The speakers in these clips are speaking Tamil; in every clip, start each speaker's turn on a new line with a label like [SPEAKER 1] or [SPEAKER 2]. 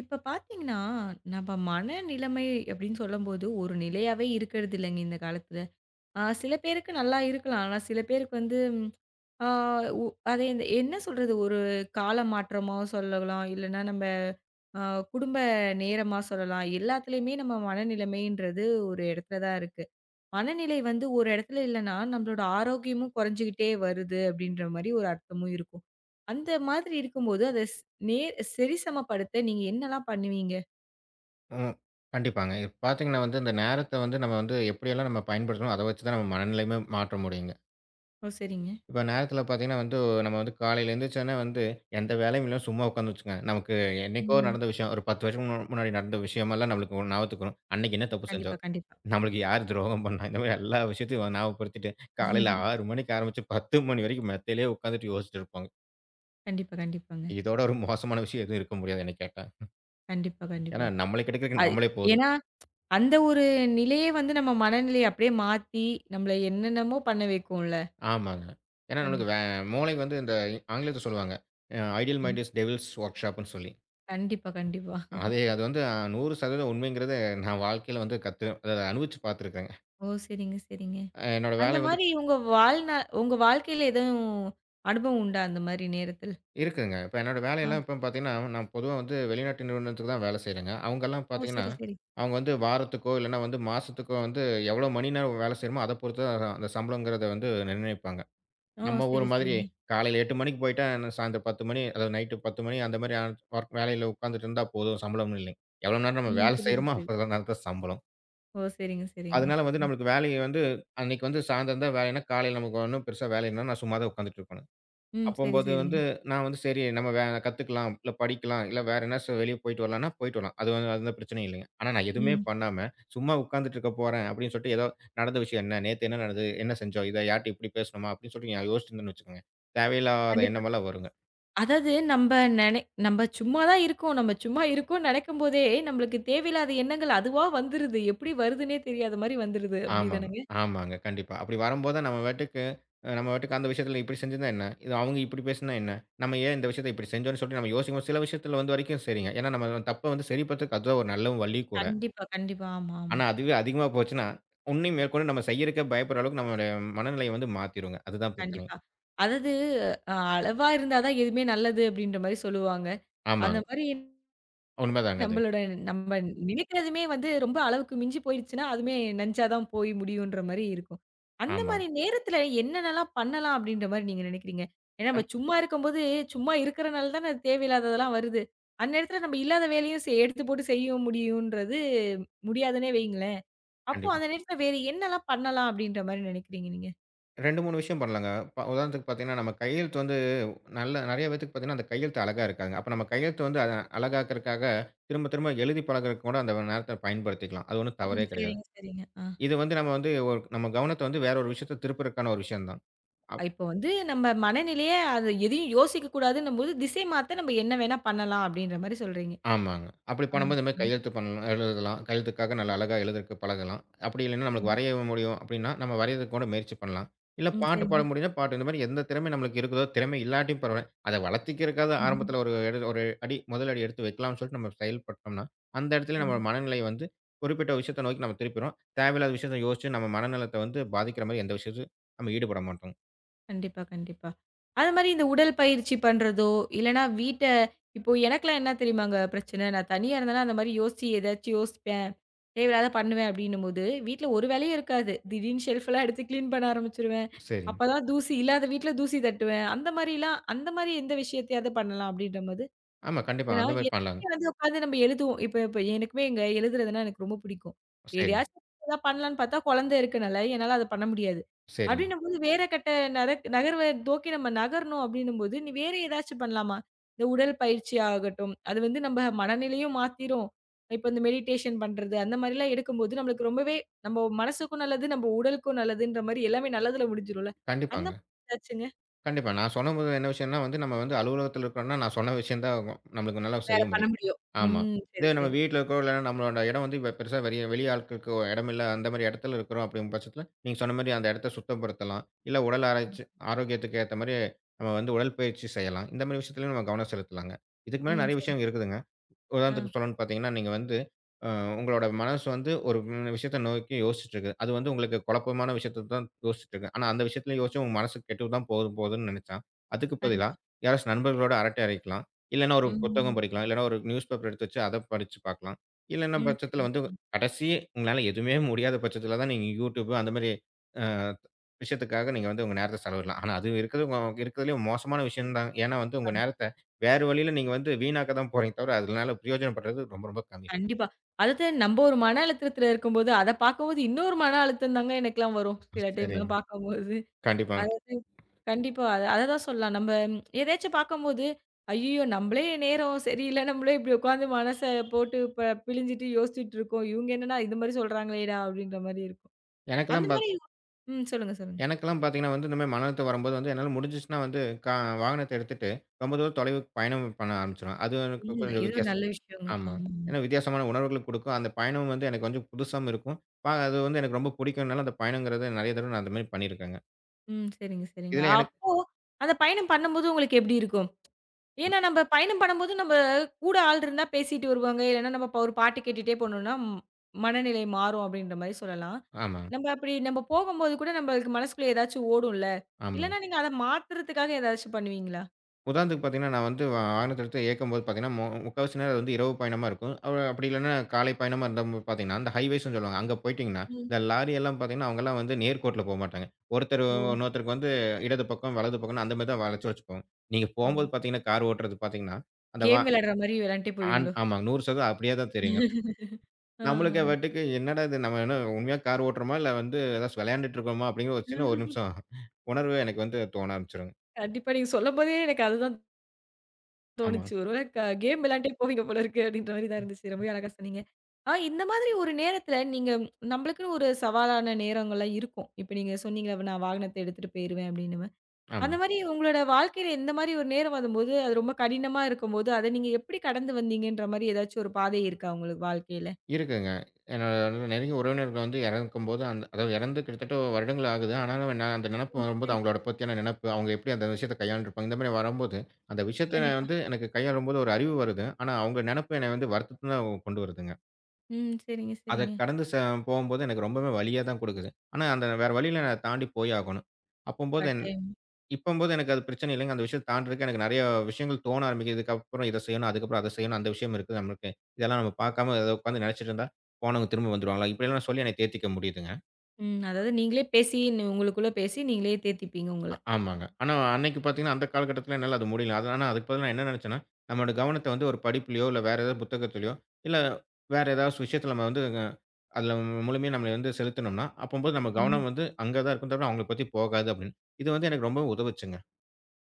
[SPEAKER 1] இப்ப பார்த்தீங்கன்னா, நம்ம மனநிலைமை அப்படின்னு சொல்லும்போது, ஒரு நிலையாவே இருக்கிறது இல்லைங்க இந்த காலத்துல. ஆ சில பேருக்கு நல்லா இருக்கலாம். ஆனா சில பேருக்கு வந்து ஆ உ அது இந்த என்ன சொல்றது? ஒரு கால மாற்றமா சொல்லலாம். இல்லன்னா நம்ம அ குடும்ப நேரமா சொல்லலாம். எல்லாத்துலயுமே நம்ம மனநிலைமைன்றது ஒரு இடத்துல தான் இருக்கு. மனநிலை வந்து ஒரு இடத்துல இல்லன்னா, நம்மளோட ஆரோக்கியமும் குறைஞ்சுகிட்டே வருது அப்படின்ற மாரி ஒரு அர்த்தமும் இருக்கும். அந்த மாதிரி இருக்கும்போது, அத ஸ் நே சரிசமப்படுத்த நீங்க என்னலாம் பண்ணுவீங்க?
[SPEAKER 2] ம். கண்டிப்பாங்க. இப்ப பார்த்தீங்கன்னா வந்து, இந்த நேரத்த வந்து நம்ம வந்து எப்படியெல்லாம் நம்ம பயன்படுத்தணுமோ, அத வச்சு தான் நம்ம மனநிலையுமே மாற்ற முடியுங்க.
[SPEAKER 1] ஓ! சரிங்க.
[SPEAKER 2] இப்ப நேரத்தில பார்த்தீங்கன்னா வந்து, நம்ம வந்து காலையில எந்திரிச்சோனே வந்து, எந்த வேலையும் இல்லாம சும்மா உட்கார்ந்தோம்னு வச்சுக்கங்க, நமக்கு என்னைக்கோ
[SPEAKER 1] ம்.
[SPEAKER 2] நடந்த விஷயம், ஒரு 10 வருஷத்துக்கு முன்னாடி நடந்த விஷயமெல்லாம் நம்மளுக்கு ஞாபகத்துக்கு வரும். அன்னைக்கு என்ன தப்பு
[SPEAKER 1] கண்டிப்பா,
[SPEAKER 2] செஞ்சோம்?
[SPEAKER 1] கண்டிப்பா.
[SPEAKER 2] நம்மளுக்கு யார் துரோகம் பண்ணா? இந்த மாரி எல்லா விஷயத்தையும் ஞாபகப்படுத்திட்டு, காலையில
[SPEAKER 1] ம்ஹும்.
[SPEAKER 2] 6 மணிக்கு ஆரம்பிச்சு 10 மணி வரைக்கும் மெத்தையிலேயே உட்கார்ந்துட்டு யோசிச்சுட்டு இருப்போங்க.
[SPEAKER 1] கண்டிப்பா, கண்டிப்பாங்க.
[SPEAKER 2] இதோட ஒரு மோசமான விஷயம் எதுவும் இருக்க முடியாது, என்னை கேட்டா.
[SPEAKER 1] கண்டிப்பா, கண்டிப்பா.
[SPEAKER 2] ஏன்னா நம்மளுக்கு கிடைக்கிறதுக்கு
[SPEAKER 1] அது
[SPEAKER 2] நம்மளே போதும்.
[SPEAKER 1] ஏன்னா, அந்த ஒரு நிலையே வந்து நம்ம மனநிலைய அப்படியே மாத்தி, நம்மள என்னென்னமோ பண்ண வைக்கும்ல.
[SPEAKER 2] ஆமாங்க. ஏன்னா நம்மளுக்கு
[SPEAKER 1] கண்டிப்
[SPEAKER 2] மூளை வந்து இந்த ஆங்கிலத்துல சொல்லுவாங்க. ஐடியல்
[SPEAKER 1] ம்.
[SPEAKER 2] மைண்ட் இஸ் டெவில்ஸ் வொர்க்ஷாப்ன்னு சொல்லி.
[SPEAKER 1] கண்டிப்பா, கண்டிப்பா.
[SPEAKER 2] அது அது வந்து 100% உண்மைங்கிறத நான் வாழ்க்கையில வந்து அத அனுபவிச்சு பார்த்துருக்கேங்க.
[SPEAKER 1] ஓ! சரிங்க, சரிங்க.
[SPEAKER 2] என்னோட
[SPEAKER 1] அந்த
[SPEAKER 2] வேலை வந்து
[SPEAKER 1] மாரி உங்க வாழ்க்கையில எதுவும் அனுபவம் உண்டா அந்த மாரி நேரத்துல?
[SPEAKER 2] இருக்குங்க. இப்ப என்னோட
[SPEAKER 1] ஆ.
[SPEAKER 2] வேலையெல்லாம் இப்ப பார்த்தீங்கன்னா, நான் பொதுவா வந்து வெளிநாட்டு நிறுவனத்துக்கு தான் வேலை செய்றேங்க. அவங்கலாம்
[SPEAKER 1] ஓ!
[SPEAKER 2] பார்த்தீங்கன்னா,
[SPEAKER 1] சரி, சரி.
[SPEAKER 2] அவங்க வந்து வாரத்துக்கோ, இல்லன்னா வந்து மாசத்துக்கோ வந்து எவ்வளோ மணி நேரம் வேலை செய்றோமோ, அத பொறுத்து தான் அந்த சம்பளங்கிறத வந்து நிர்ணயிப்பாங்க.
[SPEAKER 1] ஓ!
[SPEAKER 2] நம்ம ஒரு
[SPEAKER 1] சரி,
[SPEAKER 2] மாதிரி
[SPEAKER 1] சரிங்க.
[SPEAKER 2] காலையில 8 மணிக்கு போயிட்டா, என்ன சாயந்தரம் 10 மணி, அதாவது நைட்டு 10 மணி அந்த மாரி ஒர்க் வேலையில உட்காந்துட்டு இருந்தா போதும், சம்பளம்னு இல்லை. எவ்வளோ நேரம் நம்ம
[SPEAKER 1] ம்.
[SPEAKER 2] வேலை
[SPEAKER 1] புரியுது,
[SPEAKER 2] செய்றோமோ,
[SPEAKER 1] புரியுது.
[SPEAKER 2] அவ்வளோ நேரம் தான் சம்பளம்.
[SPEAKER 1] ஓ! சரிங்க, சரிங்க.
[SPEAKER 2] அதனால வந்து நம்மளுக்கு வேலைய வந்து அன்னைக்கு வந்து சாயந்தரம் தான் வேலைன்னா, காலையில நமக்கு ஒண்ணும் பெருசா வேலை இல்லன்னா, நான் சும்மா தான் உட்காந்துட்டு இருக்கணும்.
[SPEAKER 1] ம். சரி,
[SPEAKER 2] அப்பம்போது வந்து
[SPEAKER 1] சரிங்க.
[SPEAKER 2] நான் வந்து சரி நம்ம கத்துக்கலாம், இல்ல படிக்கலாம், இல்ல வேற என்ன வெளிய போயிட்டு வரலான்னா போயிட்டு வரலாம். அது வந்து அந்த பிரச்சனையும் இல்லைங்க. ஆனா நான் எதுவுமே
[SPEAKER 1] ம்.
[SPEAKER 2] பண்ணாம, சும்மா உட்கார்ந்துட்டு இருக்க போறேன் அப்படின்னு சொல்லிட்டு ஏதோ நடந்த விஷயம் என்ன? நேத்து என்ன நடந்தது? என்ன செஞ்சோம்? இத யார்ட்ட இப்படி பேசணுமா? அப்படின்னு சொல்லிட்டு நான் யோசிச்சிருந்தேன்னு வச்சுக்கோங்க. தேவையில்லாத
[SPEAKER 1] கண்டிப்பா.
[SPEAKER 2] எண்ணமெல்லாம் வருங்க.
[SPEAKER 1] அதாவது நெனை நம்ப சும்மா தான் இருக்கோம். நம்ம சும்மா இருக்கோம்ன்னு நெனைக்கும்போதே, நம்மளுக்கு தேவையில்லாத எண்ணங்கள் அதுவா வந்துருது. எப்படி வருதுன்னே தெரியாத மாரி வந்துருது.
[SPEAKER 2] ஆமாங்க,
[SPEAKER 1] அப்படிதானங்க?
[SPEAKER 2] ஆமாங்க. கண்டிப்பா. அப்படி வரும்போது நம்ம பாட்டுக்கு நம்ம பாட்டுக்கு அந்த விஷயத்துல இப்படி செஞ்சிருந்தா என்ன? இது அவங்க இப்படி பேசினா என்ன? நம்ம ஏன் இந்த விஷயத்த இப்படி செஞ்சோம்ன்னு சொல்லிட்டு நம்ம யோசிக்கும்போது சில விஷயத்துல வந்து வரைக்கும் சரிங்க. ஏன்னா நம்ம தப்ப வந்து சரி பண்றதுக்கு அதுதான் ஒரு நல்ல வழி கூட.
[SPEAKER 1] கண்டிப்பா, கண்டிப்பா. ஆமா, ஆமா.
[SPEAKER 2] ஆனா, அதுவே அதிகமா போச்சுன்னா, உன்னையும் மேற்கொண்டு நம்ம செய்யறதுக்கே பயப்படுற அளவுக்கு நம்மளுடைய மனநிலைய வந்து மாத்திருங்க. அதுதான் பிரச்சனையே.
[SPEAKER 1] கண்டிப்பா. அதாவது, அளவா இருந்தா தான் எதுவுமே நல்லது அப்படின்ற மாரி சொல்லுவாங்க. அந்த
[SPEAKER 2] ஆமாங்க.
[SPEAKER 1] மாரி
[SPEAKER 2] உண்மைதாங்க அது.
[SPEAKER 1] நம்மளோட நம்ம நினைக்கிறதுமே வந்து ரொம்ப அளவுக்கு மிஞ்சி போயிருச்சுன்னா, அதுவுமே நஞ்சா தான் போய் முடியுன்ற மாரி இருக்கும். அந்த
[SPEAKER 2] ஆமா.
[SPEAKER 1] மாரி நேரத்துல என்னென்னலாம் பண்ணலாம் அப்படின்ற மாரி நீங்க நினைக்கிறீங்க? ஏன்னா நம்ம
[SPEAKER 2] அம்
[SPEAKER 1] சும்மா இருக்கும்போது, சும்மா இருக்கிறனால தானே அது தேவையில்லாததெல்லாம் வருது. அந்நேரத்துல நம்ம இல்லாத வேலையும் எடுத்து போட்டு செய்ய முடியுன்றது முடியாதுன்னே வையுங்களேன். அப்போ
[SPEAKER 2] கண்டிப்பா.
[SPEAKER 1] அந்த நேரத்துல வேற என்னலாம் பண்ணலாம் அப்படின்ற மாரி நினைக்கிறீங்க நீங்க?
[SPEAKER 2] 2, 3 விஷயம் பண்ணலாங்க. உதாரணத்துக்கு பார்த்தீங்கன்னா, நம்ம கையெழுத்து வந்து நல்ல நெறைய பேத்துக்கு பார்த்தீங்கன்னா, அந்த கையெழுத்து அழகா இருக்காதுங்க. அப்ப நம்ம கையெழுத்து வந்து அழகாக்கறக்காக திரும்ப திரும்ப எழுதி பழகுறதுக்கு கூட அந்த நேரத்த பயன்படுத்திக்கலாம். அது ஒண்ணும்
[SPEAKER 1] ம்.
[SPEAKER 2] தவறே கிடையாது.
[SPEAKER 1] சரிங்க, சரிங்க. ஆ.
[SPEAKER 2] இது வந்து நம்ம வந்து ஒரு நம்ம கவனத்த வந்து வேற ஒரு விஷயத்த திருப்புறதுக்கான ஒரு விஷயம் தான். அ
[SPEAKER 1] இப்போ வந்து நம்ம மனநிலைய அது எதையும் யோசிக்க கூடாதுன்னும்போது, திசை மாத்த நம்ம என்ன வேணா பண்ணலாம் அப்படின்ற மாரி சொல்றீங்க.
[SPEAKER 2] ஆமாங்க. அப்படி
[SPEAKER 1] ஆ.
[SPEAKER 2] பண்ணும்போது இந்த மாரி கையெழுத்து பண்ணலாம் எழுதலாம். கையெழுத்துக்காக நல்லா அழகா எழுதுறதுக்கு பழகலாம். அப்படி இல்லைன்னா நம்மளுக்கு
[SPEAKER 1] ம்.
[SPEAKER 2] வரைய முடியும் அப்படின்னா, நம்ம வரையறதுக்கு கூட முயற்சி பண்ணலாம். இல்ல
[SPEAKER 1] ம்.
[SPEAKER 2] பாட்டு பாட
[SPEAKER 1] சரிங்க.
[SPEAKER 2] முடியும்னா பாட்டு. இந்த மாரி எந்த திறமை நம்மளுக்கு இருக்குதோ, திறமை இல்லாட்டியும் பரவால்ல. அத வளர்த்திக்கிறதுக்காவது ஆரம்பத்தில ஒரு அடி முதல் அடி எடுத்து வைக்கலாம்னு சொல்லிட்டு நம்ம செயல்பட்டோம்னா, அந்த இடத்துல நம்ம
[SPEAKER 1] கண்டி
[SPEAKER 2] மனநிலை வந்து குறிப்பிட்ட விஷயத்த நோக்கி நம்ம திருப்பிருவோம். தேவையில்லாத விஷயத்த யோசிச்சு நம்ம மனநலத்த வந்து பாதிக்கிற மாரி எந்த விஷயத்திலும் நம்ம ஈடுபட மாட்டோம்.
[SPEAKER 1] கண்டிப்பா, கண்டிப்பா. அது மாரி இந்த உடல் பயிற்சி பண்றதோ, இல்லன்னா வீட்ட இப்போ எனக்கெல்லாம் என்ன தெரியுமாங்க பிரச்சன? நான் தனியா இருந்தேன்னா, அந்த மாரி யோசிச்சு ஏதாச்சும் யோசிப்பேன். தேவையில்லாத பண்ணுவேன் அப்டின்னும்போது, வீட்ல ஒரு வேலையும் இருக்காது. திடீர்னு ஷெல்ஃப்லாம் எடுத்து கிளீன் பண்ண ஆரம்பிச்சுருவேன்.
[SPEAKER 2] சரிங்க.
[SPEAKER 1] அப்பதான் தூசி இல்லாத வீட்ல தூசி தட்டுவேன். அந்த மாரி எந்த விஷயத்தையாவது பண்ணலாம் அப்டின்ற மாரி
[SPEAKER 2] ஆமா, கண்டிப்பா.
[SPEAKER 1] ஏன்னா,
[SPEAKER 2] அந்த மாரி பண்ணலாங்க.
[SPEAKER 1] எப்பயுமே வந்து உட்காந்து நம்ம எழுதுவோம். இப்ப இப்ப எனக்குமே எங்க எழுதுறதுன்னா எனக்கு ரொம்ப பிடிக்கும்.
[SPEAKER 2] சரிங்க,
[SPEAKER 1] ஏதாவது பண்ணலான்னு பார்த்தா, குழந்தை இருக்கனால என்னால அத பண்ண முடியாது.
[SPEAKER 2] சரிங்க.
[SPEAKER 1] அப்படின்னும்போது வேற கட்ட நரக் நகர்வ நோக்கி நம்ம நகரணும் அப்படின்னும்போது, "நீ வேற ஏதாச்சும் பண்ணலாமா?" இந்த உடல் பயிற்சி ஆகட்டும், அது வந்து நம்ம மனநிலையும் மாத்திரும். இப்ப இந்த மெடிடேஷன் பண்றது அந்த மாரிலாம் எடுக்கும்போது, நம்மளுக்கு ரொம்பவே நம்ம மனசுக்கும் நல்லது, நம்ம உடலுக்கும் நல்லதுன்ற மாரி எல்லாமே நல்லதுல முடிஞ்சிரும்ல. அந்த
[SPEAKER 2] கண்டிப்பாங்க.
[SPEAKER 1] மாரி ஏதாச்சுங்க?
[SPEAKER 2] கண்டிப்பா. நான் சொன்னபோது என்ன விஷயம்னா வந்து, நம்ம வந்து அலுவலகத்தில இருக்கிறோம்னா, நான் சொன்ன விஷயம் தான் நம்மளுக்கு நல்லா
[SPEAKER 1] வேற
[SPEAKER 2] செய்ய
[SPEAKER 1] பண்ண
[SPEAKER 2] முடியும்.
[SPEAKER 1] முடியும்.
[SPEAKER 2] ஆமா.
[SPEAKER 1] ம். சரி,
[SPEAKER 2] இதே நம்ம
[SPEAKER 1] சரி.
[SPEAKER 2] வீட்ல இருக்கோம், இல்லன்னா நம்மளோட இடம் வந்து இப்ப பெருசா வெளிய வெளி ஆட்களுக்கு இடம் இல்ல. அந்த மாரி இடத்துல இருக்கிறோம் அப்படிங்கிற பட்சத்தில, நீங்க சொன்ன மாரி அந்த இடத்த சுத்தப்படுத்தலாம். இல்ல உடல் ஆராய்ச்சி ஆரோக்கியத்துக்கு ஏத்த மாரி நம்ம வந்து உடற்பயிற்சி செய்யலாம். இந்த மாரி விஷயத்துலயும் நம்ம கவனம் செலுத்தலாங்க. இதுக்கு மேல
[SPEAKER 1] ம்.
[SPEAKER 2] நெறைய
[SPEAKER 1] சரி.
[SPEAKER 2] விஷயம் இருக்குதுங்க.
[SPEAKER 1] ஆ.
[SPEAKER 2] உதாரணத்துக்கு சொல்லணும்னு பார்த்தீங்கன்னா, நீங்க வந்து அ உங்களோட மனசு வந்து ஒரு விஷயத்த நோக்கி யோசிச்சுட்டுருக்கு. அது வந்து உங்களுக்கு குழப்பமான விஷயத்த தான் யோசிச்சுட்டுருக்கு. ஆனா அந்த விஷயத்துல யோசிச்சு உங்க மனசு கெட்டு தான் போதும் போதுன்னு நெனச்சா, அதுக்கு பதிலா
[SPEAKER 1] கண்டிப்பா.
[SPEAKER 2] யாராச்சும் நண்பர்களோட அரட்டை அடிக்கலாம். இல்லன்னா ஒரு புத்தகம்
[SPEAKER 1] ம்.
[SPEAKER 2] படிக்கலாம். இல்லன்னா ஒரு நியூஸ் பேப்பர் எடுத்து வச்சு அத படிச்சு பார்க்கலாம். இல்லன்னா
[SPEAKER 1] ம்.
[SPEAKER 2] பட்சத்துல
[SPEAKER 1] சரிங்க,
[SPEAKER 2] வந்து
[SPEAKER 1] சரிங்க.
[SPEAKER 2] கடைசி உங்களால எதுவுமே முடியாத பட்சத்துல தான் நீங்க YouTube அந்த மாரி விஷயத்துக்காக நீங்க வந்து உங்க நேரத்த செலவிடலாம். ஆனா அது இருக்கிறது உங்க இருக்கிறதுலயே மோசமான விஷயம் தான். ஏன்னா வந்து உங்க
[SPEAKER 1] கண்
[SPEAKER 2] நேரத்த வேறு வழியில நீங்க வந்து வீணாக்க தான் போறீங்க தவிர, அதனால பிரயோஜனப்படுறது ரொம்ப ரொம்ப கம்மி.
[SPEAKER 1] கண்டிப்பா. அதாவது நம்ப ஒரு மன அழுத்தத்தில இருக்கும்போது, அத பார்க்கும்போது இன்னொரு மன அழுத்தம் தாங்க எனக்கெல்லாம் வரும். சில
[SPEAKER 2] சரிங்க.
[SPEAKER 1] டைம்லாம் பார்க்கும்போது.
[SPEAKER 2] கண்டிப்பாங்க.
[SPEAKER 1] அதாவது கண்டிப்பா. அத அத தான் சொல்லலாம். நம்ப எதையாச்சும் பார்க்கும்போது, ஐய்யயோ! நம்பளே நேரம் சரியில்ல. நம்பளே இப்படி உட்காந்து மனச போட்டு பிழிஞ்சிட்டு யோசிச்சுட்டு இருக்கோம். இவங்க என்னன்னா இது மாரி சொல்றாங்களேடா! அப்படின்ற மாரி இருக்கும். அந்த
[SPEAKER 2] எனக்கெல்லாம்
[SPEAKER 1] மாரி
[SPEAKER 2] பாத்
[SPEAKER 1] ம். சொல்லுங்க, சொல்லுங்க.
[SPEAKER 2] எனக்கெல்லாம் பார்த்தீங்கன்னா வந்து இந்த மாரி மன அழுத்தம் வரும்போது வந்து என்னால முடிஞ்சிச்சுன்னா வந்து கா வாகனத்த எடுத்துட்டு ரொம்ப தூரம் தொலைவுக்கு பயணம் பண்ண ஆரம்பிச்சுருவேன். அது எனக்கு
[SPEAKER 1] ம்.
[SPEAKER 2] கொஞ்சம்
[SPEAKER 1] இது ஒரு நல்ல
[SPEAKER 2] வித்தியாசம்.
[SPEAKER 1] விஷயங்க.
[SPEAKER 2] ஆமா.
[SPEAKER 1] ஆமாமா.
[SPEAKER 2] ஏன்னா வித்தியாசமான உணர்வுகள் குடுக்கும். அந்த பயணம் வந்து எனக்கு கொஞ்சம் புதுசாவும் இருக்கும். அது வந்து எனக்கு ரொம்ப புடிக்கும்னால அந்த பயணங்கிறது நெறைய தடவ நான் அந்த மாரி பண்ணியிருக்கேங்க.
[SPEAKER 1] ம். சரிங்க, சரிங்க.
[SPEAKER 2] இதுல எனக்கு
[SPEAKER 1] அப்போ அந்த பயணம் பண்ணும்போது உங்களுக்கு எப்படி இருக்கும்? ஏன்னா, நம்ப பயணம் பண்ணும்போது நம்ப கூட ஆள் இருந்தா பேசிட்டு வருவாங்க. இல்லன்னா, நம்ம இப்ப ஒரு பாட்டு கேட்டுட்டே போனோம்னா, மனநிலை மாறும் அப்படின்ற மாரி சொல்லலாம்.
[SPEAKER 2] ஆமாங்க.
[SPEAKER 1] அப்படி நம்ப போகும்போது கூட நம்பளுக்கு மனசுக்குள்ள ஏதாச்சும் ஓடும்ல.
[SPEAKER 2] ஆமா.
[SPEAKER 1] இல்லன்னா, நீங்க அத மாத்துறதுக்காக ஏதாச்சும் பண்ணுவீங்களா?
[SPEAKER 2] உதாரணத்துக்கு பார்த்தீங்கன்னா, நான் வந்து வாகனத்த எடுத்து இயக்கும்போது பார்த்தீங்கன்னா, முக்காவாசி நேரம் அது வந்து இரவு பயணமா இருக்கும். அப்படி இல்லன்னா காலை பயணமா இருந்தா பார்த்தீங்கன்னா, அந்த ஹைவேஸ்ன்னு சொல்லுவாங்க. அங்க போயிட்டீங்கன்னா,
[SPEAKER 1] ம்.
[SPEAKER 2] இந்த லாரி எல்லாம் பார்த்தீங்கன்னா, அவங்கலாம் வந்து நேர்கோட்டுல போமாட்டாங்க. ஒருத்தர்
[SPEAKER 1] ஓ!
[SPEAKER 2] இன்னொருத்தருக்கு வந்து இடது பக்கம், வலது பக்கம்ன்னு அந்த மாரி தான் வளைச்சு வளைச்சு போகும். நீங்க
[SPEAKER 1] ஆ.
[SPEAKER 2] போம்போது பார்த்தீங்கன்னா, கார் ஓட்டுறது பார்த்தீங்கன்னா, அந்த வா
[SPEAKER 1] கேம் விளையாடுற மாரி விளையாண்டுட்டே போவீங்களோ?
[SPEAKER 2] ஆமாங்க. 100% அப்படியே தான் தெரியுங்க.
[SPEAKER 1] ஆ.
[SPEAKER 2] நம்மளுக்கு பாட்டுக்கு என்னடா இது நம்ம என்ன உண்மையா கார் ஓட்டுறோமா? இல்ல வந்து ஏதாச்சும் விளையாண்டுட்டு இருக்கோமா? அப்படிங்கிற ஒரு சின்ன ஒரு நிமிஷம் உணர்வு எனக்கு வந்து தோண ஆரம்பிச்சுருங்க.
[SPEAKER 1] கண்டிப்பா நீங்க சொல்லும்போதே எனக்கு அதுதான் தோணுச்சு.
[SPEAKER 2] ஆமாங்க.
[SPEAKER 1] ஒருவேள கேம் விளையாண்டே போவீங்க போல இருக்கு அப்படின்ற மாரி தான் இருந்துச்சு. ரொம்பவே அழகா சொன்னீங்க. ஆ இந்த மாதிரி ஒரு நேரத்துல நீங்க நம்மளுக்குன்னு ஒரு சவாலான நேரங்கள்லாம் இருக்கும். இப்ப நீங்க சொன்னீங்கல்ல, "நான் வாகனத்த எடுத்துட்டு போயிருவேன்" அப்படின்னு.
[SPEAKER 2] ஆமா.
[SPEAKER 1] அந்த மாரி உங்களோட வாழ்க்கையில இந்த மாரி ஒரு நேரம் வரும்போது, அது ரொம்ப கடினமா இருக்கும்போது, அத நீங்க எப்படி கடந்து வந்தீங்கன்ற மாரி ஏதாச்சும் ஒரு பாதை இருக்கா உங்களுக்கு வாழ்க்கையில?
[SPEAKER 2] இருக்குங்க. என்னோட நெருங்கிய உறவினர்கள் வந்து இறக்கும்போது, அந்த அதாவது இறந்து கிட்டத்தட்ட வருடங்கள் ஆகுது. ஆனாலும் என்ன அந்த நினப்பு
[SPEAKER 1] ம்.
[SPEAKER 2] வரும்போது,
[SPEAKER 1] சரிங்க.
[SPEAKER 2] அவங்களோட பத்தியான நினப்பு, அவங்க எப்படி அந்த விஷயத்த கையாண்டுருப்பாங்க, இந்த மாரி வரும்போது, அந்த விஷயத்த
[SPEAKER 1] கண்டிப்பா.
[SPEAKER 2] வந்து எனக்கு கையாளும்போது ஒரு அறிவு வருது. ஆனா, அவங்க நினப்பு என்னை வந்து வருத்தத்த தான் கொண்டு வருதுங்க.
[SPEAKER 1] ம். சரிங்க,
[SPEAKER 2] அத
[SPEAKER 1] சரிங்க.
[SPEAKER 2] கடந்து ச போகும்போது எனக்கு ரொம்பவே வலியா தான் குடுக்குது. ஆனா, அந்த வேற வழியில நான் தாண்டி போய் ஆகணும். அப்பம்போது
[SPEAKER 1] கட்டாயம்.
[SPEAKER 2] இப்பம்போது எனக்கு அது பிரச்சனை இல்லைங்க. அந்த விஷயத்த தாண்டுறதுக்கு எனக்கு நெறைய விஷயங்கள் தோண ஆரம்பிக்குது. இதுக்கப்புறம் இத செய்யணும், அதுக்கப்புறம் அத செய்யணும். அந்த விஷயம் இருக்குது நம்மளுக்கு. இதெல்லாம் நம்ம பார்க்காம ஏதோ உட்காந்து நெனச்சுட்டு இருந்தா, போனவங்க திரும்ப வந்துருவாங்களா? இப்படியெல்லாம் சொல்லி என்னை தேத்திக்க முடியுதுங்க.
[SPEAKER 1] ம். அதாவது நீங்களே பேசி, உங்களுக்குள்ள பேசி நீங்களே தேத்திப்பீங்க உங்கள.
[SPEAKER 2] ஆமாங்க. ஆனா அன்னைக்கு பார்த்தீங்கன்னா, அந்த காலகட்டத்தில என்னால அது முடியல. ஆனா அதுக்கு பதிலா நான் என்ன நெனச்சேன்னா, நம்மளோட கவனத்த வந்து ஒரு படிப்புலயோ, இல்ல வேற ஏதாவது புத்தகத்திலயோ, இல்ல வேற ஏதாவது விஷயத்தில நம்ம வந்து அதில முழுமையா நம்மள வந்து செலுத்துனோம்னா, அப்பம்போது நம்ம
[SPEAKER 1] ம்.
[SPEAKER 2] கவனம் வந்து அங்க தான் இருக்கும் தவிர, அவங்கள பத்தி போகாது அப்படின்னு. இது வந்து எனக்கு ரொம்ப உதவுச்சுங்க.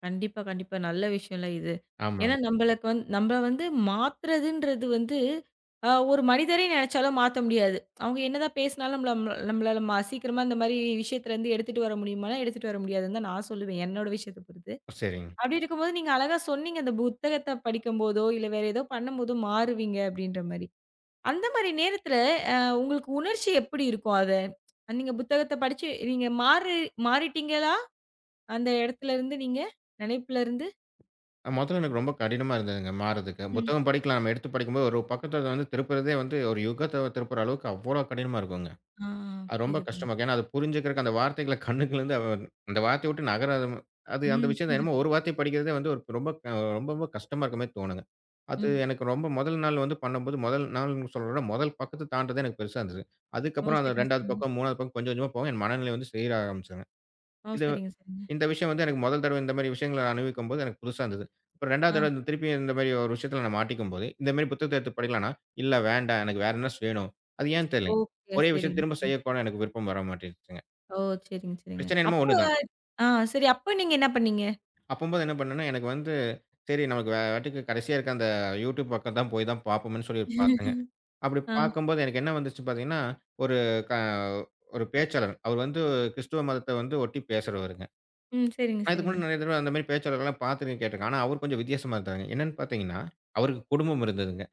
[SPEAKER 1] கண்டிப்பா, கண்டிப்பா. நல்ல விஷயம்ல இது.
[SPEAKER 2] ஆமா.
[SPEAKER 1] ஏன்னா நம்பளுக்கு வந்து நம்ப வந்து மாத்துறதுன்றது வந்து, ஒரு மனிதரே நெனச்சாலும் மாத்த முடியாது. அவங்க என்னதான் பேசினாலும் நம்மளால சீக்கிரமா இந்த மாரி விஷயத்துலருந்து எடுத்துட்டு வர முடியுமானா, எடுத்துட்டு வர முடியாதுன்னு தான் நான் சொல்லுவேன். என்னோட விஷயத்த பொறுத்து.
[SPEAKER 2] சரிங்க.
[SPEAKER 1] அப்படி இருக்கும்போது நீங்க அழகா சொன்னீங்க. அந்த புத்தகத்த படிக்கும்போதோ, இல்ல வேற ஏதோ பண்ணும்போதோ மாறுவீங்க அப்படின்ற மாரி. அந்த மாரி நேரத்துல அ உங்களுக்கு உணர்ச்சி எப்படி இருக்கும் அத? நீங்க புத்தகத்த படிச்சு நீங்க மாறிட்டீங்களா? அந்த இடத்துலருந்து நீங்க நினைப்புலருந்து?
[SPEAKER 2] மொதல்ல எனக்கு ரொம்ப கடினமா இருந்ததுங்க மாறதுக்கு. புத்தகம் படிக்கலாம். நம்ம எடுத்து படிக்கும்போது ஒரு பக்கத்த வந்து திருப்புறதே வந்து ஒரு யுகத்த திருப்புற அளவுக்கு அவ்வளோ கடினமா இருக்குங்க.
[SPEAKER 1] ஆ,
[SPEAKER 2] அது ரொம்ப
[SPEAKER 1] புரியுது,
[SPEAKER 2] கஷ்டமா
[SPEAKER 1] புரியுது.
[SPEAKER 2] இருக்கும். ஏன்னா அது புரிஞ்சுக்கிறக்கு அந்த வார்த்தைகள கண்ணுக்குள்ளருந்து அந்த வார்த்தைய விட்டு நகராத ம- அது அந்த
[SPEAKER 1] ம்.
[SPEAKER 2] விஷயம்
[SPEAKER 1] புரியுது, புரியுது.
[SPEAKER 2] என்னமோ ஒரு வார்த்தைய படிக்கிறதே வந்து ஒரு ரொம்ப க ரொம்ப ரொம்ப கஷ்டமா இருக்க மாரி தோணுங்க. அது
[SPEAKER 1] ம்.
[SPEAKER 2] எனக்கு ரொம்ப முதல் நாள்ன்னு சொல்றத முதல் பக்கத்த தாண்டுறதே எனக்கு பெருசா இருந்தது.
[SPEAKER 1] ஓ!
[SPEAKER 2] அதுக்கப்புறம் அந்த
[SPEAKER 1] சரிங்க,
[SPEAKER 2] 2வது
[SPEAKER 1] சரிங்க.
[SPEAKER 2] பக்கம், 3வது பக்கம் கொஞ்சம் கொஞ்சமா போக என் மனநிலை வந்து சீராக ஆரம்பிச்சதுங்க.
[SPEAKER 1] ஓ!
[SPEAKER 2] இது
[SPEAKER 1] சரிங்க, சரிங்க.
[SPEAKER 2] இந்த விஷயம் வந்து எனக்கு முதல் தடவை இந்த மாரி விஷயங்கள நான் அனுபவிக்கும்போது எனக்கு புதுசா இருந்தது. அப்புறம் 2வது
[SPEAKER 1] ஆ.
[SPEAKER 2] தடவை இந்த திருப்பியும் இந்த மாரி ஒரு விஷயத்துல நான் மாட்டிக்கும்போது, இந்த மாரி புத்தகத்த எடுத்து படிக்கலான்னா, இல்ல வேண்டாம். எனக்கு வேற என்ன வேணும். அது ஏன்னு தெரியலங்க.
[SPEAKER 1] ஓகே.
[SPEAKER 2] ஒரே விஷயம்
[SPEAKER 1] சரிங்க,
[SPEAKER 2] திரும்ப
[SPEAKER 1] சரிங்க.
[SPEAKER 2] செய்யக்கூட எனக்கு விருப்பம் வர மாட்டேங்குதுங்க.
[SPEAKER 1] ஓ! சரிங்க, சரிங்க.
[SPEAKER 2] பிரச்சனை என்னமோ
[SPEAKER 1] அப்ப
[SPEAKER 2] ஒண்ணு தான்.
[SPEAKER 1] ஆ சரி. அப்ப நீங்க என்ன பண்ணீங்க?
[SPEAKER 2] அப்பம்போது என்ன பண்ணேன்னா, எனக்கு வந்து சரி நமக்கு வாட்டுக்கு கடைசியா இருக்க அந்த யூடியூப் பக்கம் தான் போய் தான் பார்ப்போமேன்னு சொல்லி பார்த்தேங்க. அப்படி
[SPEAKER 1] ஆ.
[SPEAKER 2] பார்க்கும்போது எனக்கு என்ன வந்துச்சு பார்த்தீங்கன்னா, ஒரு க ஒரு பேச்சாளர். அவர் வந்து கிறிஸ்துவ மதத்த வந்து ஒட்டி பேசுறவருங்க.
[SPEAKER 1] ம். சரிங்க,
[SPEAKER 2] நான் இதுக்கு
[SPEAKER 1] சரிங்க.
[SPEAKER 2] முன்னாடி நெறைய தடவ அந்த மாரி பேச்சாளர்கள்லாம் பார்த்துருக்கேன், கேட்டுருக்கேன். ஆனா, அவரு கொஞ்சம் வித்தியாசமா இருந்தாருங்க. என்னன்னு பார்த்தீங்கன்னா, அவருக்கு குடும்பம் இருந்ததுங்க.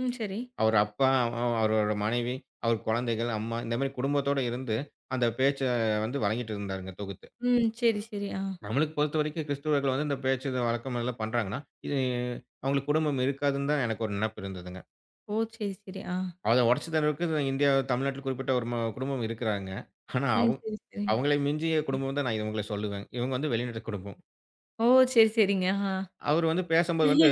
[SPEAKER 1] ம். சரி.
[SPEAKER 2] அவர் அப்பா, அவரோட மனைவி, அவர் குழந்தைகள், அம்மா இந்த மாரி குடும்பத்தோட இருந்து, அந்த பேச்ச வந்து வழங்கிட்டு இருந்தாருங்க தொகுத்து.
[SPEAKER 1] ம். சரி, சரி. ஆ.
[SPEAKER 2] நம்மளுக்கு பொறுத்தவரைக்கும் கிறிஸ்துவர்கள் வந்து இந்த பேச்சு இது வழக்கம் எல்லாம் பண்றாங்கன்னா, இது அவங்களுக்கு குடும்பம் இருக்காதுன்னு தான் எனக்கு ஒரு நெனப்பு இருந்ததுங்க.
[SPEAKER 1] ஓ! சரி, சரி. ஆ.
[SPEAKER 2] அத உடைச்சு தர்றதுக்கு இந்தியா தமிழ்நாட்டில குறிப்பிட்ட ஒரு குடும்பம் இருக்கிறாங்க. ஆனா,
[SPEAKER 1] ம். சரி, சரி.
[SPEAKER 2] அவங்களை மிஞ்சிய குடும்பம் தான் நான் இவங்கள சொல்லுவேன். இவங்க வந்து வெளிநாட்டு குடும்பம்.
[SPEAKER 1] ஓ! சரி, சரிங்க. ஆ.
[SPEAKER 2] அவரு வந்து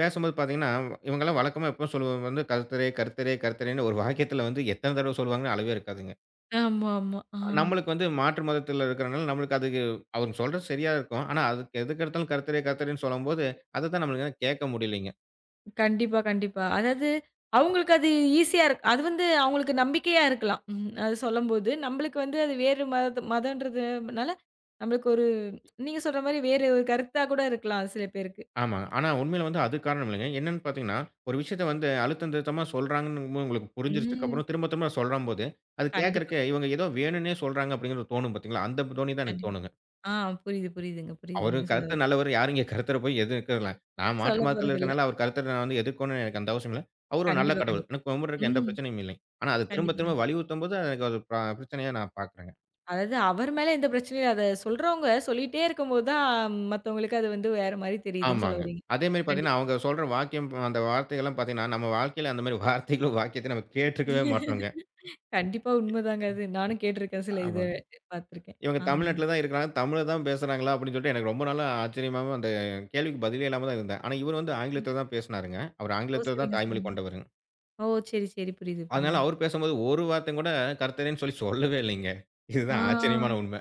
[SPEAKER 2] பேசும்போது பார்த்தீங்கன்னா, இவங்கலாம் வழக்கமா எப்பவும் சொல்லுவது வந்து கர்த்தரே, கர்த்தரே, கர்த்தரேன்னு ஒரு வாக்கியத்துல வந்து எத்தன தடவ சொல்லுவாங்கன்னு அளவே இருக்காதுங்க.
[SPEAKER 1] ஆமா, ஆமா. ஆ.
[SPEAKER 2] நம்மளுக்கு வந்து மாற்று மதத்தில இருக்கிறனால நம்மளுக்கு அதுக்கு அவங்க சொல்றது சரியா இருக்கும். ஆனா அதுக்கு எதுக்கெடுத்தாலும் கர்த்தரே, கர்த்தரேன்னு சொல்லும்போது, அதத்தான் நம்மளுக்கு வந்து கேட்க முடியலைங்க.
[SPEAKER 1] கண்டிப்பா, கண்டிப்பா. அதாவது அவங்களுக்கு அது ஈஸியா இருக்கு. அது வந்து அவங்களுக்கு நம்பிக்கையா இருக்கலாம். ம். அது சொல்லும்போது, நம்மளுக்கு வந்து அது வேறு மதம்ன்றதுனால நம்மளுக்கு ஒரு நீங்க சொல்ற மாரி வேறு ஒரு கருத்தா கூட இருக்கலாம் சில பேருக்கு.
[SPEAKER 2] ஆமாங்க. ஆனா உண்மையில வந்து அது காரணம் இல்லைங்க. என்னன்னு பார்த்தீங்கன்னா, ஒரு விஷயத்த வந்து அழுத்தம் திருத்தமா சொல்றாங்கன்னு உங்களுக்கு
[SPEAKER 1] ம்.
[SPEAKER 2] புரிஞ்சிருச்சதுக்கப்புறம் திரும்ப திரும்ப சொல்றம்போது, அது
[SPEAKER 1] கண்டிப்பா,
[SPEAKER 2] கேட்கறக்கு இவங்க ஏதோ வேணும்னே சொல்றாங்க அப்படிங்கிறது தோணும் பார்த்தீங்களா? அந்த தோணி தான் எனக்கு
[SPEAKER 1] கண்டிப்பா.
[SPEAKER 2] தோணுங்க.
[SPEAKER 1] ஆ புரியுது, புரியுதுங்க. புரியுது
[SPEAKER 2] அவரு
[SPEAKER 1] நீங்க
[SPEAKER 2] கருத்து
[SPEAKER 1] சொல்றது.
[SPEAKER 2] நல்லவரு. யாரும் இங்க கருத்தர போய் எதிர்க்கல. நான் மாற்று
[SPEAKER 1] சொல்ல
[SPEAKER 2] மதத்துல
[SPEAKER 1] போறதில்ல.
[SPEAKER 2] இருக்கனால, அவர் கருத்தர நான் வந்து எதிர்க்கணும்னு எனக்கு அந்த அவசியம் இல்ல. அவரு ஒரு நல்ல
[SPEAKER 1] கண்டிப்பா,
[SPEAKER 2] கடவுள்.
[SPEAKER 1] கண்டிப்பா.
[SPEAKER 2] எனக்கு கும்பிடுறதுக்கு எந்த
[SPEAKER 1] ம்.
[SPEAKER 2] பிரச்சனையும் இல்லை. ஆனா, அத திரும்ப
[SPEAKER 1] கண்டிப்பா, கண்டிப்பா.
[SPEAKER 2] திரும்ப வலியுறுத்தும்போது, எனக்கு அது பிரச்சனையா நான் பார்க்குறேங்க.
[SPEAKER 1] அதாவது அவர் மேல எந்த பிரச்சனையும் இல்ல. அத சொல்றவங்க சொல்லிட்டே இருக்கும்போது தான் மத்தவங்களுக்கு அது வந்து வேற மாரி தெரியுதுன்னு சொல்ல
[SPEAKER 2] ஆமாங்க.
[SPEAKER 1] வர்றீங்க.
[SPEAKER 2] அதே மாரி
[SPEAKER 1] கண்டிப்பா.
[SPEAKER 2] பார்த்தீங்கன்னா, அவங்க சொல்ற வாக்கியம் அந்த வார்த்தைகள்லாம் பார்த்தீங்கன்னா, நம்ம வாழ்க்கையில அந்த மாரி வார்த்தைகளும், வாக்கியத்தையும் நம்ம கேட்டுருக்கவே மாட்டோங்க.
[SPEAKER 1] கண்டிப்பா உண்மதாங்க அது. நானும் கேட்டுருக்கேன் சில இத
[SPEAKER 2] ஆமாங்க.
[SPEAKER 1] பார்த்துருக்கேன்.
[SPEAKER 2] இவங்க
[SPEAKER 1] ஆமா.
[SPEAKER 2] தமிழ்நாட்டுல தான் இருக்கிறாங்க. தமிழ்ல தான் பேசுறாங்களா? அப்படின்னு சொல்லிட்டு எனக்கு ரொம்ப நாளா ஆச்சரியமாவும் அந்த கேள்விக்கு பதிலே இல்லாம தான் இருந்தேன். ஆனா, இவரு வந்து ஆங்கிலத்தில தான் பேசினாருங்க. அவரு
[SPEAKER 1] ஓ!
[SPEAKER 2] ஆங்கிலத்தில தான்
[SPEAKER 1] சரிங்க,
[SPEAKER 2] தாய்மொழி
[SPEAKER 1] சரிங்க.
[SPEAKER 2] கொண்டவருங்க.
[SPEAKER 1] ஓ! சரி, சரி. புரியுது,
[SPEAKER 2] அதனால
[SPEAKER 1] புரியுது.
[SPEAKER 2] அவரு பேசும்போது ஒரு வார்த்தை கூட கர்த்தரேன்னு சொல்லவே இல்லைங்க. இதுதான் ஆச்சரியமான
[SPEAKER 1] ஆ
[SPEAKER 2] உண்மை.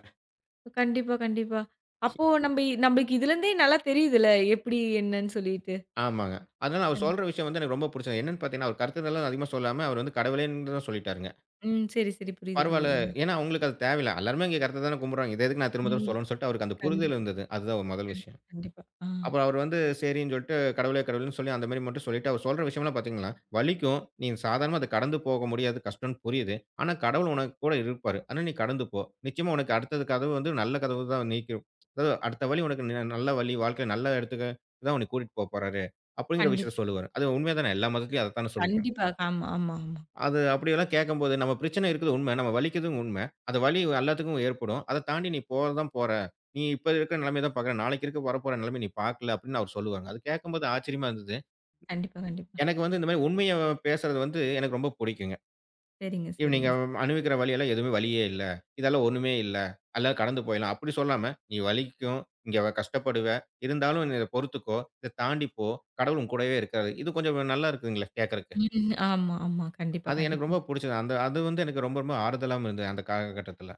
[SPEAKER 1] கண்டிப்பா, கண்டிப்பா. அப்போ நம்பளுக்கு இதுலருந்தே நல்லா தெரியுதுல்ல, எப்படி என்னன்னு சொல்லிட்டு.
[SPEAKER 2] ஆமாங்க. அதனால அவர்
[SPEAKER 1] கண்டி
[SPEAKER 2] சொல்ற விஷயம் வந்து எனக்கு ரொம்ப புடிச்சது. என்னன்னு பார்த்தீங்கன்னா, அவர் கர்த்தர்லாம் அதிகமா சொல்லாம அவர் வந்து கடவுளேன்னு தான் சொல்லிட்டாருங்க.
[SPEAKER 1] ம். சரி, சரி. புரியுது,
[SPEAKER 2] பரவால்ல.
[SPEAKER 1] புரியுது.
[SPEAKER 2] ஏன்னா அவங்களுக்கு அது தேவையில்ல. எல்லாருமே இங்க கர்த்தர தான கும்பிடுறாங்க. இத எதுக்கு நான் திரும்ப திரும்ப
[SPEAKER 1] ம்.
[SPEAKER 2] சொல்லணும்னு சொல்லிட்டு அவருக்கு அந்த புரிதல்
[SPEAKER 1] கண்டிப்பா,
[SPEAKER 2] இருந்தது. அதுதான் ஒரு முதல்
[SPEAKER 1] கண்டிப்பா,
[SPEAKER 2] விஷயம்.
[SPEAKER 1] கண்டிப்பா. ஆ.
[SPEAKER 2] அப்புறம் அவரு வந்து சரின்னு சொல்லிட்டு, கடவுளே! கடவுளேன்னு சொல்லி அந்த மாரி மட்டும் சொல்லிட்டு, அவர் சொல்ற விஷயம்லாம் பார்த்தீங்கன்னா, வலிக்கும். நீ சாதாரணமா அத கடந்து போக முடியாது. கஷ்டம்னு புரியுது. ஆனா, கடவுள் உனக்கு கூட இருப்பாரு. ஆனா, நீ கடந்து போ. நிச்சயமா உனக்கு அடுத்தது கதவு வந்து நல்ல கதவு தான் நீக்கும். அதாவது அடுத்த வழி உனக்கு நல்ல வழி, வாழ்க்கையில நல்ல இடத்துக்கு தான் உன்னை கூட்டிட்டு போப்போறாரு. அப்படிங்கிற
[SPEAKER 1] கண்டிப்பா.
[SPEAKER 2] விஷயத்த சொல்லுவாரு. அது உண்மைதானே. எல்லா மதத்திலயும் அதத்தானே சொல்றாங்க.
[SPEAKER 1] கண்டிப்பா. ஆமா, ஆமா, ஆமா.
[SPEAKER 2] அது அப்படியெல்லாம் கேட்கும்போது, நம்ம பிரச்சனை இருக்குது உண்ம. நம்ம வலிக்குதும் உண்ம. அந்த வலி எல்லாத்துக்கும் ஏற்படும். அத தாண்டி நீ போறது தான் போற. நீ இப்ப இருக்கிற நிலைமைய தான் பார்க்குற. நாளைக்கு இருக்க வரப்போற நிலைமைய நீ பார்க்கல அப்படின்னு அவர் சொல்லுவாங்க. அது கேட்கும்போது ஆச்சரியமா இருந்தது.
[SPEAKER 1] கண்டிப்பா, கண்டிப்பா.
[SPEAKER 2] எனக்கு வந்து இந்த மாரி உண்மைய பேசுறது வந்து எனக்கு ரொம்ப புடிக்குங்க.
[SPEAKER 1] சரிங்க,
[SPEAKER 2] "இது நீங்க
[SPEAKER 1] சரிங்க.
[SPEAKER 2] அனுபவிக்கிற வலியெல்லாம் எதுவுமே வலியே இல்ல. இதெல்லாம் ஒண்ணுமே இல்ல. எல்லாம் கடந்து போயிடலாம்." அப்படி சொல்லாம, "நீ வலிக்கும். கஷ்டப்படுவ. இருந்தாலும் நீ இத பொறுத்துக்கோ. இத தாண்டி போ. கடவுள் உன் கூடவே இருக்காரு." இது கொஞ்சம் நல்லா இருக்குங்களே கேட்கறக்கு.
[SPEAKER 1] ம். ஆமா, ஆமா. கண்டிப்பா,
[SPEAKER 2] அது எனக்கு
[SPEAKER 1] கண்டிப்பா.
[SPEAKER 2] ரொம்ப புடிச்சது. அந்த அது வந்து எனக்கு ரொம்ப ரொம்ப ஆறுதலாவும் இருந்தது அந்த காலகட்டத்தில.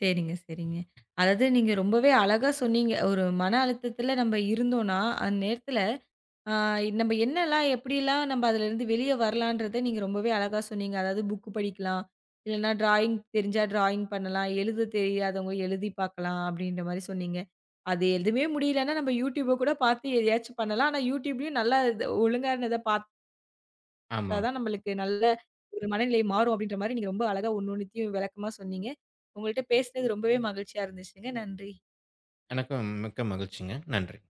[SPEAKER 1] சரிங்க, சரிங்க. அதாவது நீங்க ரொம்பவே அழகா சொன்னீங்க. ஒரு மன அழுத்தத்தில நம்ம இருந்தோம்னா, அந்த நேரத்தில ஆ நம்ம என்னலாம் எப்படிலாம் நம்ம அதிலருந்து வெளிய வரலான்றத நீங்க ரொம்பவே அழகா சொன்னீங்க. அதாவது புக் படிக்கலாம். இல்லன்னா டிராயிங் தெரிஞ்சா டிராயிங் பண்ணலாம். எழுத தெரியாதவங்க எழுதி பார்க்கலாம் அப்படின்ற மாரி சொன்னீங்க. அது எதுவுமே முடியலன்னா நம்ம YouTubeப கூட பார்த்து எதையாச்சும் பண்ணலாம். ஆனா YouTubeலயும் நல்லா இது ஒழுங்கானத பார்த்து
[SPEAKER 2] ஆமாங்க.
[SPEAKER 1] தான் நம்மளுக்கு நல்ல ஒரு மனநிலை மாறும் அப்படின்ற மாரி நீங்க ரொம்ப அழகா ஒண்ணு ஒண்ணுத்தையும் விளக்கமா சொன்னீங்க. உங்கள்ட்ட பேசினது ரொம்பவே மகிழ்ச்சியா இருந்துச்சுங்க. நன்றி.
[SPEAKER 2] எனக்கும் மிக்க மகிழ்ச்சிங்க. நன்றி.